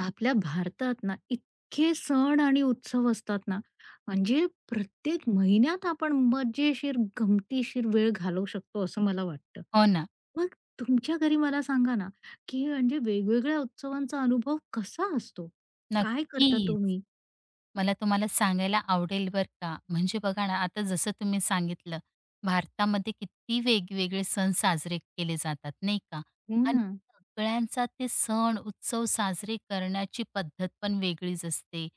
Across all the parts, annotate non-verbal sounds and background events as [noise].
आपल्या भारतात ना इतके सण आणि उत्सव असतात ना, म्हणजे प्रत्येक महिन्यात आपण मजेशीर, गमतीशीर वेळ घालवू शकतो असं मला वाटतं. हो ना, मग तुमच्या घरी मला सांगा ना, की म्हणजे वेगवेगळ्या उत्सवांचा अनुभव कसा असतो? काय करता नक्कीच. तुम्ही? मला तुम्हाला सांगायला आवडेल बरं का. म्हणजे बघा ना, आता जसं तुम्ही सांगितलं, भारतामध्ये किती वेगवेगळे सण साजरे केले जातात, नाही का? हो आणि ना. सगळ्यांचा ते सण, उत्सव साजरे करण्याची पद्धत पण वेगळीच असते.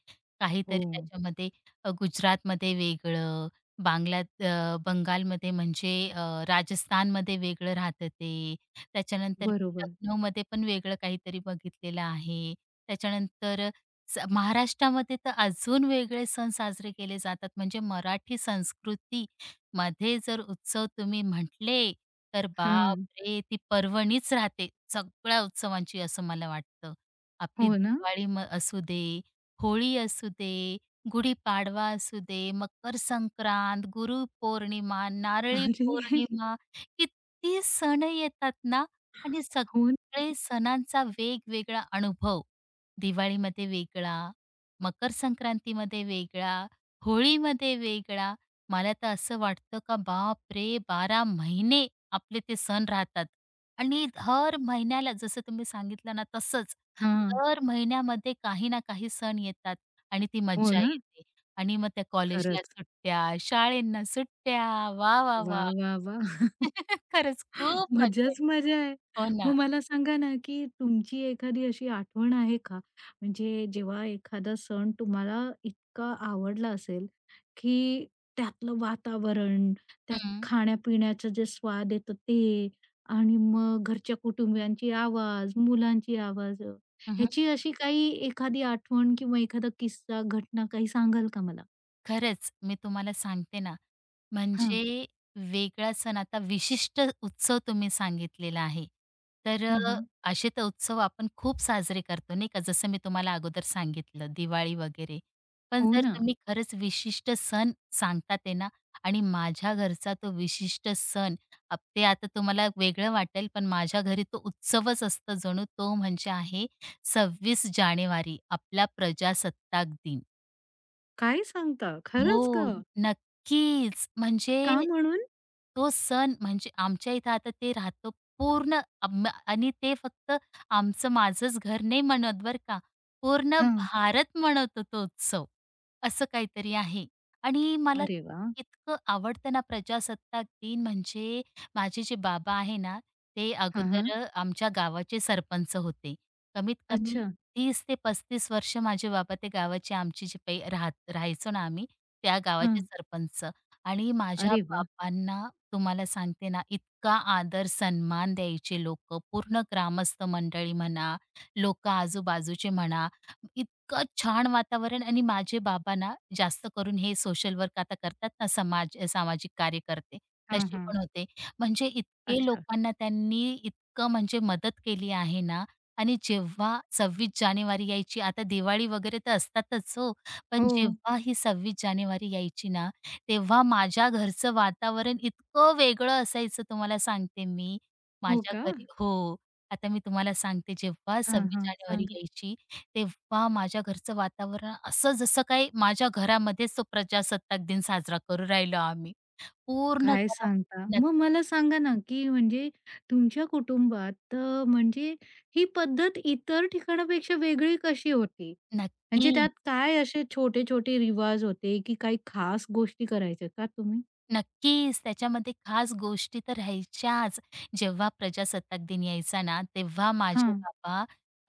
काहीतरी हो. त्याच्यामध्ये गुजरातमध्ये वेगळं, बंगालमध्ये राजस्थानमध्ये वेगळं राहतं ते. त्याच्यानंतर मी बरोबर. लखनौमध्ये पण वेगळं काहीतरी बघितलेलं आहे. त्याच्यानंतर महाराष्ट्रामध्ये तर अजून वेगळे सण साजरे केले जातात. म्हणजे मराठी संस्कृतीमध्ये जर उत्सव तुम्ही म्हटले, तर हां. बापरे! ती पर्वणीच राहते सगळ्या उत्सवांची असं मला वाटतं. आपली हो ना. दिवाळी असू दे, होळी असू दे, गुढीपाडवा असू दे, मकर संक्रांत, गुरुपौर्णिमा, नारळी अरे! [laughs] पौर्णिमा, किती सण येतात ना आणि हो. सगळे सणांचा वेगवेगळा अनुभव. दिवाळीमध्ये वेगळा, मकर संक्रांतीमध्ये वेगळा, होळीमध्ये वेगळा. मला तर असं वाटतं का बापरे! 12 महिने आपले ते सण राहतात आणि हर महिन्याला जसं तुम्ही सांगितलं ना तसंच हां. दर महिन्यामध्ये काही ना काही सण येतात आणि ती हो मज्जा ना. येते आणि मग त्या कॉलेजला खरंच. सुट्ट्या, शाळेंना सुट्ट्या. वाह, वाह, वाह! वाह, वाह, वाह! [laughs] खरंच खूप मजा येते. मजाच मजा आहे. हो ना. मग मला सांगा ना, की तुमची एखादी अशी आठवण आहे का? म्हणजे जेव्हा एखादा सण तुम्हाला इतका आवडला असेल, की त्यातलं वातावरण, त्यात हं. खाण्यापिण्याचं जे स्वाद येतं ते आणि मग घरच्या कुटुंबियांची आवाज, मुलांची आवाज ह्याची अशी काही एखादी आठवण किंवा एखादा किस्सा, घटना काही सांगाल का मला? खरंच मी तुम्हाला सांगते ना, हां, म्हणजे वेगळा सण आता विशिष्ट उत्सव तुम्ही सांगितलेला आहे. तर हां, अ, हां. असे तर उत्सव आपण खूप साजरे करतो नाही का, जसं मी तुम्हाला अगोदर सांगितलं दिवाळी वगैरे. पण हो जर ना. तुम्ही खरंच विशिष्ट सण सांगतात आहे ना आणि माझ्या घरचा तो विशिष्ट सण ते आता तुम्हाला वेगळं वाटेल, पण माझ्या घरी तो उत्सवच असतो जणू तो म्हणजे आहे 26 जानेवारी आपला प्रजासत्ताक दिन. काय सांगता? खरंच हो, का? नक्कीच. म्हणजे का म्हणून? तो सण म्हणजे आमच्या इथं आता ते राहतो पूर्ण, आणि ते फक्त आमचं माझंच घर नाही म्हणत बरं का. पूर्ण हां. भारत म्हणतो तो उत्सव. असं काहीतरी आहे आणि मला अरे वाह! इतकं आवडतं ना प्रजासत्ताक दिन म्हणजे माझे जे बाबा आहे ना, ते हां, हां. अगोदर आमच्या गावाचे सरपंच होते. कमीत कमी अच्छा. 30 ते 35 वर्ष माझे बाबा ते गावाचे आमचे जे पै राहत राहायचो ना आम्ही त्या गावाचे हां. सरपंच, आणि माझ्या अरे वाह! बाबांना तुम्हाला सांगते ना, इतका आदर सन्मान द्यायचे लोकं, पूर्ण ग्रामस्थ मंडळी म्हणा, लोकं आजूबाजूचे म्हणा, इतकं छान वातावरण, आणि माझे बाबा ना, जास्त करून हे सोशल वर्क आता करतात ना, समाज सामाजिक कार्यकर्ते, हां, तसे हां. पण होते. म्हणजे इतके अच्छा. लोकांना त्यांनी इतकं म्हणजे मदत केली आहे ना, आणि जेव्हा 26 जानेवारी यायची, आता दिवाळी वगैरे तर असतातच हो, पण हो. जेव्हा ही 26 जानेवारी यायची ना, तेव्हा माझ्या घरचं वातावरण इतकं वेगळं असायचं तुम्हाला सांगते मी. हो माझ्या का? घरी हो. आता मी तुम्हाला सांगते जेव्हा हां, 26 हां. जानेवारी सांगा. यायची, तेव्हा माझ्या घरचं वातावरण असं जसं काही माझ्या घरामध्येच तो प्रजासत्ताक दिन साजरा करू राहिलो आम्ही. पूर्ण काय घरा सांगता? नक्क मग मला सांगा ना, की म्हणजे तुमच्या कुटुंबात म्हणजे ही पद्धत इतर ठिकाणापेक्षा वेगळी कशी होती? नक्की. म्हणजे त्यात काय असे छोटे-छोटे रिवाज होते, की काही खास गोष्टी करायच्या का तुम्ही? नक्कीच. त्याच्यामध्ये खास गोष्टी तर राहायच्याच. जेव्हा प्रजासत्ताक दिन यायचा ना, तेव्हा माझे हां. बाबा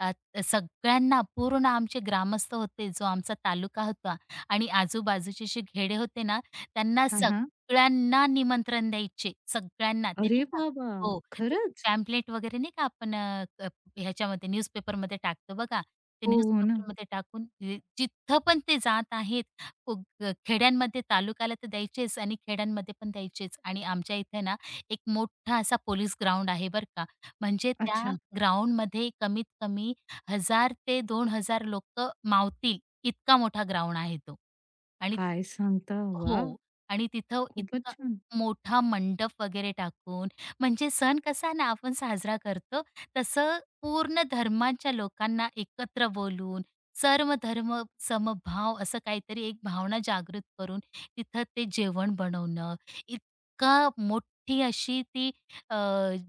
अ, सगळ्यांना, पूर्ण आमचे ग्रामस्थ होते, जो आमचा तालुका होता आणि आजूबाजूचे जे घेडे होते ना, त्यांना हां, हां. सगळ्यांना निमंत्रण द्यायचे. सगळ्यांना. ते अरे नाही का. बाबा! हो. ते खरंच? पॅम्पलेट वगैरे नाही का आपण अ, क ह्याच्यामध्ये न्यूजपेपरमध्ये टाकतो बघा. ते हो, हो ना. न्यूजपेपरमध्ये टाकून जिथं पण ते जात आहेत, उग खेड्यांमध्ये तालुक्याला तर द्यायचेच आणि खेड्यांमध्ये पण द्यायचेच, आणि आमच्या इथे ना एक मोठा असा पोलीस ग्राउंड आहे बरं का. म्हणजे त्या अच्छा. ग्राउंडमध्ये कमीत कमी 1000 ते 2000 लोक मावतील, इतका मोठा ग्राउंड आहे तो. आणि काय सांगता? वाह! हो. आणि तिथं खूपच इतका छान. मोठा मंडप वगैरे टाकून, म्हणजे सण कसा ना आपण साजरा करतो, तसं पूर्ण धर्माच्या लोकांना एकत्र बोलून, सर्व धर्म समभाव असं काहीतरी एक भावना जागृत करून, तिथं ते जेवण बनवणं, इतका मोठी अशी ती अ,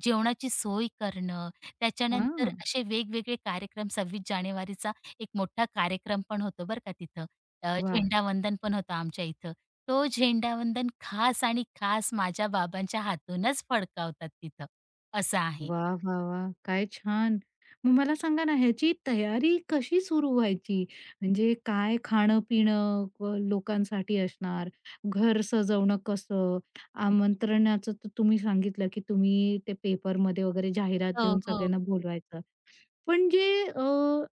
जेवणाची सोय करणं. त्याच्यानंतर हां. असे वेगवेगळे कार्यक्रम 26 जानेवारीचा एक मोठा कार्यक्रम पण होतो बरं का तिथं. वाह! झेंडावंदन पण होतं आमच्या इथं. तो झेंडावंदन खास आणि खास माझ्या बाबांच्या हातूनच फडकावतात तिथं, असं आहे. वा, वा, वा, काय छान. मग मला सांगा ना ह्याची तयारी कशी सुरू व्हायची? म्हणजे काय खाणं-पिणं व लोकांसाठी असणार, घर सजवणं कसं, आमंत्रणाचं तर तुम्ही सांगितलं की तुम्ही ते पेपरमध्ये वगैरे जाहिरात हो, देऊन हो. सगळ्यांना बोलवायचं. पण जे अ,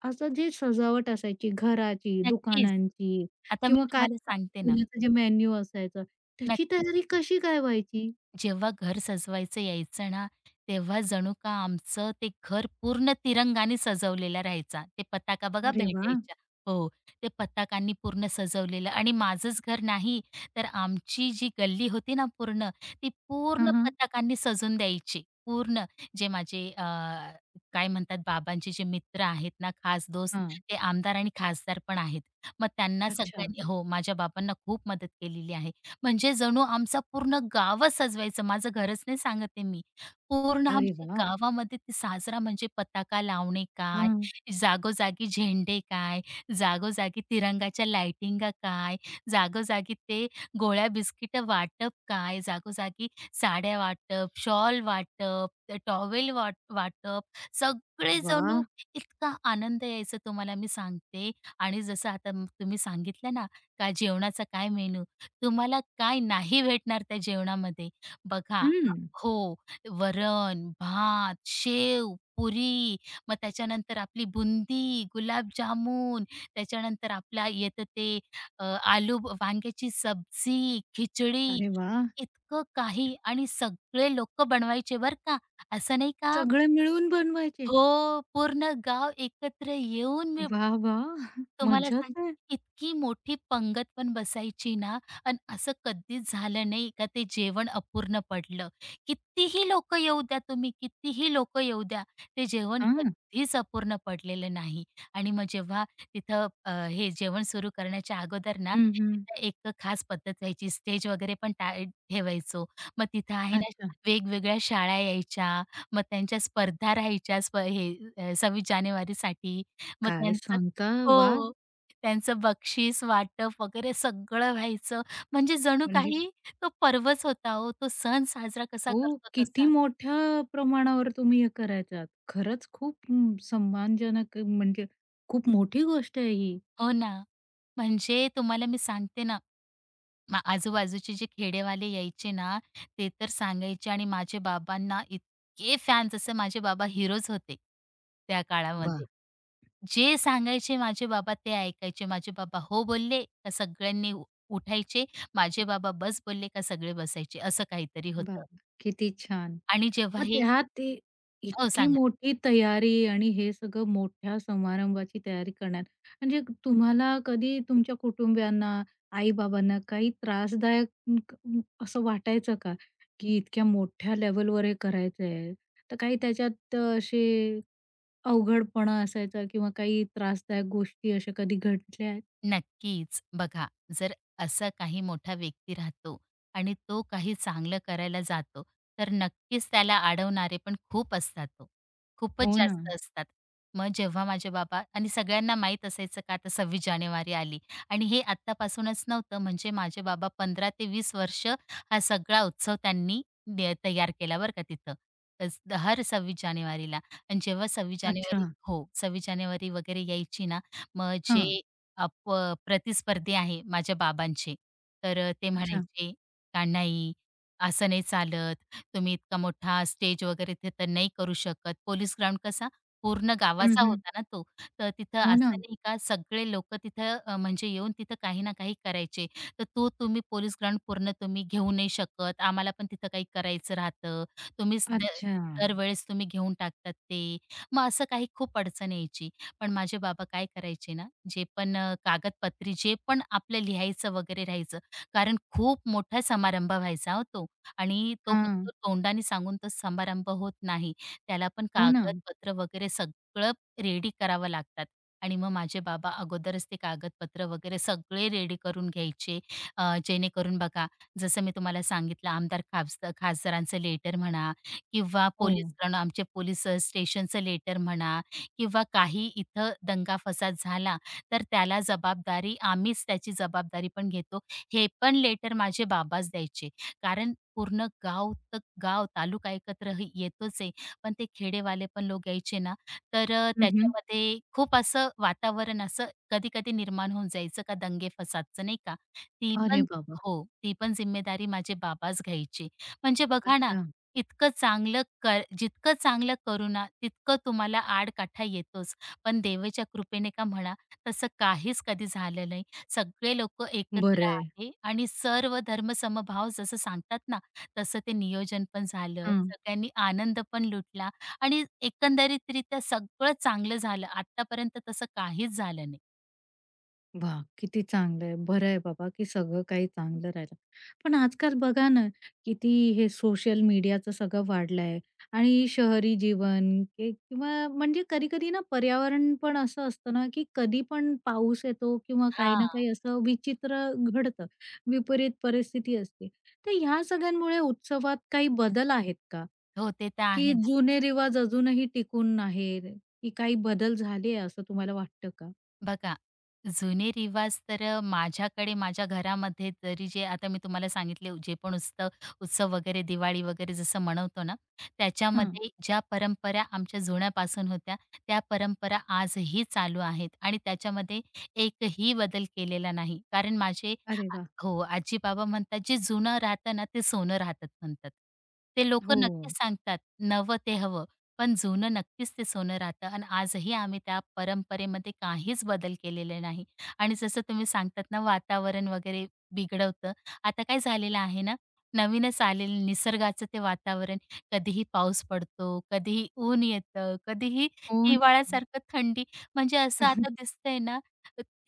असं जे सजावट असायची घराची, नक्कीच. दुकानांची आता मी किंवा काय तुम्हाला सांगते ना. खाण्याचं जे मेन्यू असायचं, त्याची नक्कीच. तयारी कशी काय व्हायची? जेव्हा घर सजवायचं यायचं ना, तेव्हा जणू का आमचं ते घर पूर्ण तिरंगाने सजवलेला राहायचा. ते पताका बघा अरे वाह! भेटायच्या. हो, ते पताकांनी पूर्ण सजवलेलं आणि माझंच घर नाही, तर आमची जी गल्ली होती ना पूर्ण, ती पूर्ण हां, हां. पताकांनी सजून द्यायची. पूर्ण, जे माझे काय म्हणतात बाबांचे जे मित्र आहेत ना, खास दोस्त, हां. ते आमदार आणि खासदार पण आहेत. मग त्यांना अच्छा. सगळ्यांनी हो, माझ्या बाबांना खूप मदत केलेली आहे. म्हणजे जणू आमचा पूर्ण गावच सजवायचं. माझं घरच नाही सांगत आहे मी. पूर्ण अरे आमच्या वा, गावामध्ये ते साजरा म्हणजे पताका लावणे काय, हां. जागोजागी झेंडे काय, जागोजागी तिरंगाच्या लाइटिंगा काय, जागोजागी ते गोळ्या बिस्किटं वाटप काय, जागोजागी साड्या वाटप, शॉल वाटप, ते टॉवेल वाटप, सगळे वा, जणू, इतका आनंद यायचा तुम्हाला मी सांगते. आणि जसं आता तुम्ही सांगितलं ना, का जेवणाचा काय मेनू? तुम्हाला काय नाही भेटणार त्या जेवणामध्ये. बघा, हं. हो, वरण, भात, शेव, पुरी, मग त्याच्यानंतर आपली बुंदी, गुलाबजामुन, त्याच्यानंतर आपल्या येतं ते आलू वांग्याची सब्जी, खिचडी, अरे वा, इतकं काही, आणि सगळे लोकं बनवायचे बरं का. असं नाही का. सगळे मिळून बनवायचे. हो, पूर्ण गाव एकत्र येऊन मी वा, वा, तुम्हाला मज्जाच सांगते, आहे. इतकी मोठी पंगत पण बसायची ना, अन् असं कधीच झालं नाही का ते जेवण अपूर्ण पडलं. कितीही लोकं येऊ द्या तुम्ही, कितीही लोकं येऊ द्या, ते जेवण हां. कधीच अपूर्ण पडलेलं नाही. आणि मग जेव्हा तिथं हे जेवण सुरू करण्याच्या अगोदर ना, हं, हं. तिथं एक खास पद्धत व्हायची. स्टेज वगैरे पण ठेवायचो. मग तिथं आहे ना, अच्छा. वेगवेगळ्या शाळा यायच्या, मग त्यांच्या स्पर्धा राहायच्या 26 जानेवारीसाठी. मग काय त्यांचं सांगता? वा, हो. त्यांचं बक्षीस वाटप वगैरे सगळं व्हायचं. म्हणजे जणू म्हणजे काही तो पर्वच होता हो. तो सण साजरा कसा हो, करतो किती तसा. मोठ्या प्रमाणावर तुम्ही हे करायचात. खरंच खूप अं, सन्मानजनक म्हणजे खूप मोठी गोष्ट आहे ही. हो ना. म्हणजे तुम्हाला मी सांगते ना, आजूबाजूचे जे खेडेवाले यायचे ना, ते तर सांगायचे आणि माझे बाबांना इतके फॅन, जसे माझे बाबा हिरोच होते त्या काळामध्ये. वाह! जे सांगायचे माझे बाबा ते ऐकायचे. माझे बाबा हो बोलले का सगळ्यांनी उठायचे. माझे बाबा बस बोलले का सगळे बसायचे. असं काहीतरी होतं, वाह! किती छान. आणि जेव्हा मग हे, त्यात ते हो इतकी सांगा. मोठी तयारी आणि हे सगळं मोठ्या समारंभाची तयारी करण्यात म्हणजे तुम्हाला कधी तुमच्या कुटुंबियांना, आई-बाबांना काही त्रासदायक अं, असं वाटायचं का? की इतक्या मोठ्या लेव्हलवर हे करायचं आहे. तर काही त्याच्यात असे अवघडपणा असायचा किंवा काही त्रासदायक गोष्टी अशा कधी घडल्या आहेत? नक्कीच. बघा, जर असा काही मोठा व्यक्ती राहतो आणि तो काही चांगलं करायला जातो, तर नक्कीच त्याला अडवणारे पण खूप असतात ओ. खूपच हो ना. जास्त असतात. मग जेव्हा माझे बाबा आणि सगळ्यांना माहीत असायचं का आता 26 जानेवारी आली, आणि हे आत्तापासूनच नव्हतं, म्हणजे माझे बाबा 15 ते 20 वर्ष हा सगळा उत्सव त्यांनी तयार केला बरं का तिथं. हर 26 जानेवारीला, आणि जेव्हा 26 अच्छा. जानेवारी हो, 26 जानेवारी वगैरे यायची ना, मग हां. जे अप प्रतिस्पर्धी आहे माझ्या बाबांचे. ते अच्छा. म्हणायचे, "का नाही, असं नाही चालत. तुम्ही इतका मोठा स्टेज वगैरे तिथं नाही करू शकत." पोलीस ग्राउंड कसा पूर्ण हं, गावाचा हं. होता ना तो. तर तिथं हो ना. असं नाही का सगळे लोक, तिथं म्हणजे येऊन तिथं काही ना काही करायचे. तर तो तुम्ही पोलीस ग्राउंड पूर्ण तुम्ही घेऊ नाही शकत. आम्हाला पण तिथं काही करायचं राहतं. तुम्हीच द अच्छा. दरवेळेस तुम्ही घेऊन टाकतात ते. मग असं काही खूप अडचण यायची. पण माझे बाबा काय करायचे ना, जे पण कागदपत्री जे पण आपलं लिहायचं वगैरे राहायचं, कारण खूप मोठा समारंभ व्हायचा हो तो, आणि तो फक्त हां. तोंडाने सांगून तो समारंभ होत नाही. त्याला पण हो ना. कागदपत्र वगैरे सगळं रेडी करावं लागतात, आणि मग माझे बाबा अगोदरच ते कागदपत्र वगैरे सगळे रेडी करून घ्यायचे. जेणेकरून बघा, जसं मी तुम्हाला सांगितलं आमदार खासदारांचं लेटर म्हणा, किंवा हो. पोलीस आमचे पोलीस स्टेशनचं लेटर म्हणा, किंवा काही इथं दंगा फसाद झाला, तर त्याला जबाबदारी आम्हीच त्याची जबाबदारी पण घेतो. हे पण लेटर माझे बाबाच द्यायचे. कारण पूर्ण गाव तर गाव, तालुका एकत्र येतोच आहे. पण ते खेडेवाले पण लोक यायचे ना, तर हं, त्याच्यामध्ये खूप असं वातावरण असं कधी-कधी निर्माण होऊन जायचं का दंगे-फसादचं नाही का? ती अरे पण, बाबा! हो, ती पण जिम्मेदारी माझे बाबाच घ्यायचे. म्हणजे बघा ना, अच्छा. इतकं चांगलं कर जितकं चांगलं करू ना, तितकं तुम्हाला आडकाठी येतोच. पण देवाच्या कृपेने का म्हणा, तसं काहीच कधी झालं नाही. सगळे लोकं बरं एकत्र आहे. आहे आणि सर्व धर्म समभाव जसं सांगतात ना, तसं ते नियोजन पण झालं. हं. सगळ्यांनी आनंद पण लुटला, आणि एकंदरीतरित्या सगळं चांगलं झालं. आत्तापर्यंत तसं काहीच झालं नाही. वाह! किती चांगलं आहे. बरं आहे बाबा, की सगळं काही चांगलं राहिलं. पण आजकाल बघा ना, किती हे सोशल मीडियाचं सगळं वाढलं आहे आणि शहरी जीवन किंवा म्हणजे कधी-कधी ना पर्यावरण पण असं असतं ना, की कधी पण पाऊस येतो किंवा काही हां. ना काही असं विचित्र घडतं. विपरीत परिस्थिती असते. तर ह्या सगळ्यांमुळे उत्सवात काही बदल आहेत का? हो, ते तर की आहे ना. जुने रिवाज अजूनही टिकून आहेत, की काही बदल झाले असं तुम्हाला वाटतं का? बघा, जुने रिवाज तर माझ्याकडे माझ्या घरामध्ये तरी जे आता मी तुम्हाला सांगितले, जे पण उत्सव, उत्सव वगैरे दिवाळी वगैरे जसं मनवतो ना, हां. त्याच्यामध्ये ज्या परंपरा आमच्या जुन्यापासून होत्या, त्या परंपरा आजही चालू आहेत आणि त्याच्यामध्ये एकही बदल केलेला नाही. कारण माझे अरे आ वाह! हो, आजी-बाबा म्हणतात, "जे जुनं राहतं ना, ते सोनं राहतात," म्हणतात. ते हो, लोकं नक्कीच सांगतात, "नवं ते हवं." पण जुनं नक्कीच ते सोनं राहतं आणि आजही आम्ही त्या परंपरेमध्ये काहीच बदल केलेले नाही. आणि जसं तुम्ही सांगतात ना वातावरण वगैरे बिघडवतं. आता काय झालेलं आहे ना, नवीनच आलेलं निसर्गाचं ते वातावरण कधीही पाऊस पडतो, कधीही ऊन येतं, कधीही हो. हिवाळ्यासारखं थंडी. म्हणजे असं आता दिसतंय ना,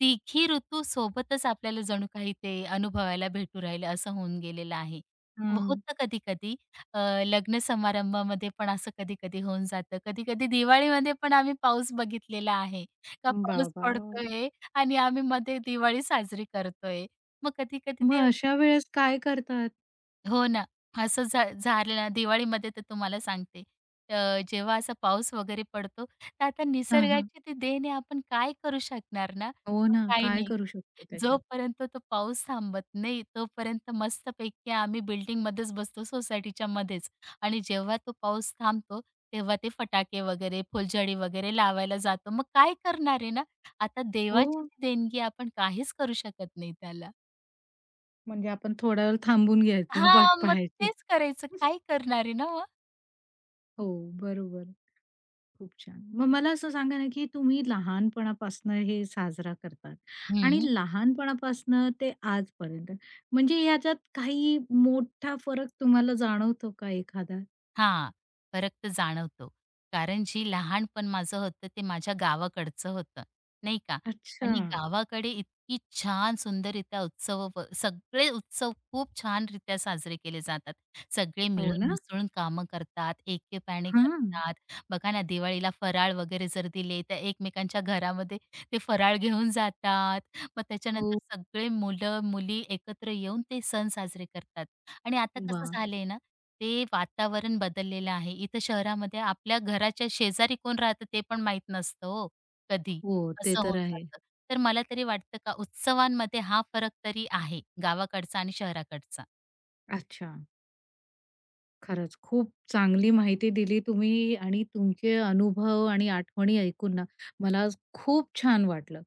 तिघी ऋतू सोबतच आपल्याला जणू काही ते अनुभवायला भेटू राहिलं असं होऊन गेलेलं आहे. हं. होतं कधी-कधी अ, लग्न समारंभामध्ये पण असं कधी-कधी होऊन जातं. कधी-कधी दिवाळीमध्ये पण आम्ही पाऊस बघितलेला आहे. का वाह, पाऊस वाह, वाह! [laughs] पडतोय आणि आम्ही मध्ये दिवाळी साजरी करतोय. मग कधी-कधी मग ते, अशा वेळेस काय करतात? हो ना, असं झालं ना दिवाळीमध्ये तर तुम्हाला सांगते. जेव्हा असा पाऊस वगैरे पडतो, तर आता हां, हां. निसर्गाची ती देण आहे, आपण काय करू शकणार ना? हो ना, काही काय नाही. करू शकतो त्याच्यात? जोपर्यंत तो पाऊस थांबत नाही, तोपर्यंत मस्तपैकी आम्ही बिल्डिंगमध्येच बसतो सोसायटीच्या मध्येच, आणि जेव्हा तो पाऊस थांबतो, तेव्हा ते फटाके वगैरे, फुलझडी वगैरे लावायला जातो. मग काय करणार आहे ना? आता देवाची हो, ती देणगी, आपण काहीच करू शकत नाही त्याला. म्हणजे आपण थोडा वेळ थांबून घ्यायचं, वाट हां, मग पाहायची. तेच करायचं. काय करणार आहे ना मग? हो, बरोबर. खूप छान. मग मला असं सांगा ना, की तुम्ही लहानपणापासनं हे साजरा करतात आणि हं. लहानपणापासनं ते आजपर्यंत, म्हणजे ह्याच्यात काही मोठा फरक तुम्हाला जाणवतो का एखादा? हां, फरक तर जाणवतो. कारण जी लहानपण माझं होतं ते माझ्या गावाकडचं होतं, नाही का? अच्छा. आणि गावाकडे इतकी छान सुंदररित्या उत्सव व सगळे उत्सव खूप छान रित्या साजरे केले जातात. सगळे हो मिळून ना? मिसळून कामं करतात, एकेप्याने करतात. हां. बघा ना, दिवाळीला फराळ वगैरे जर दिले, तर एकमेकांच्या घरामध्ये ते फराळ घेऊन जातात. मग त्याच्यानंतर हो. सगळे मुलं-मुली एकत्र येऊन ते सण साजरे करतात. आणि आता कसं वाह! झालंय ना, ते वातावरण बदललेलं आहे. इथं शहरामध्ये आपल्या घराच्या शेजारी कोण राहतं ते पण माहीत नसतं हो कधी, हो, ते असं तर होऊन आहे. जातं. तर मला तरी वाटतं का उत्सवांमध्ये हा फरक तरी आहे गावाकडचा आणि शहराकडचा. अच्छा. खरंच खूप चांगली माहिती दिली तुम्ही आणि तुमचे अनुभव आणि आठवणी ऐकून ना, मला आज खूप छान वाटलं.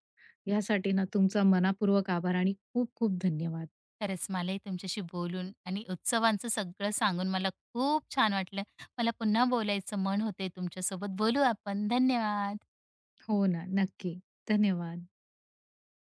यासाठी ना, तुमचा मनापूर्वक आभार आणि खूप खूप धन्यवाद. खरंच मलाही तुमच्याशी बोलून आणि उत्सवांचं सगळं सांगून मला खूप छान वाटलं. मला पुन्हा बोलायचं मन होतंय तुमच्यासोबत. बोलू आपण. धन्यवाद. हो ना, नक्की. धन्यवाद.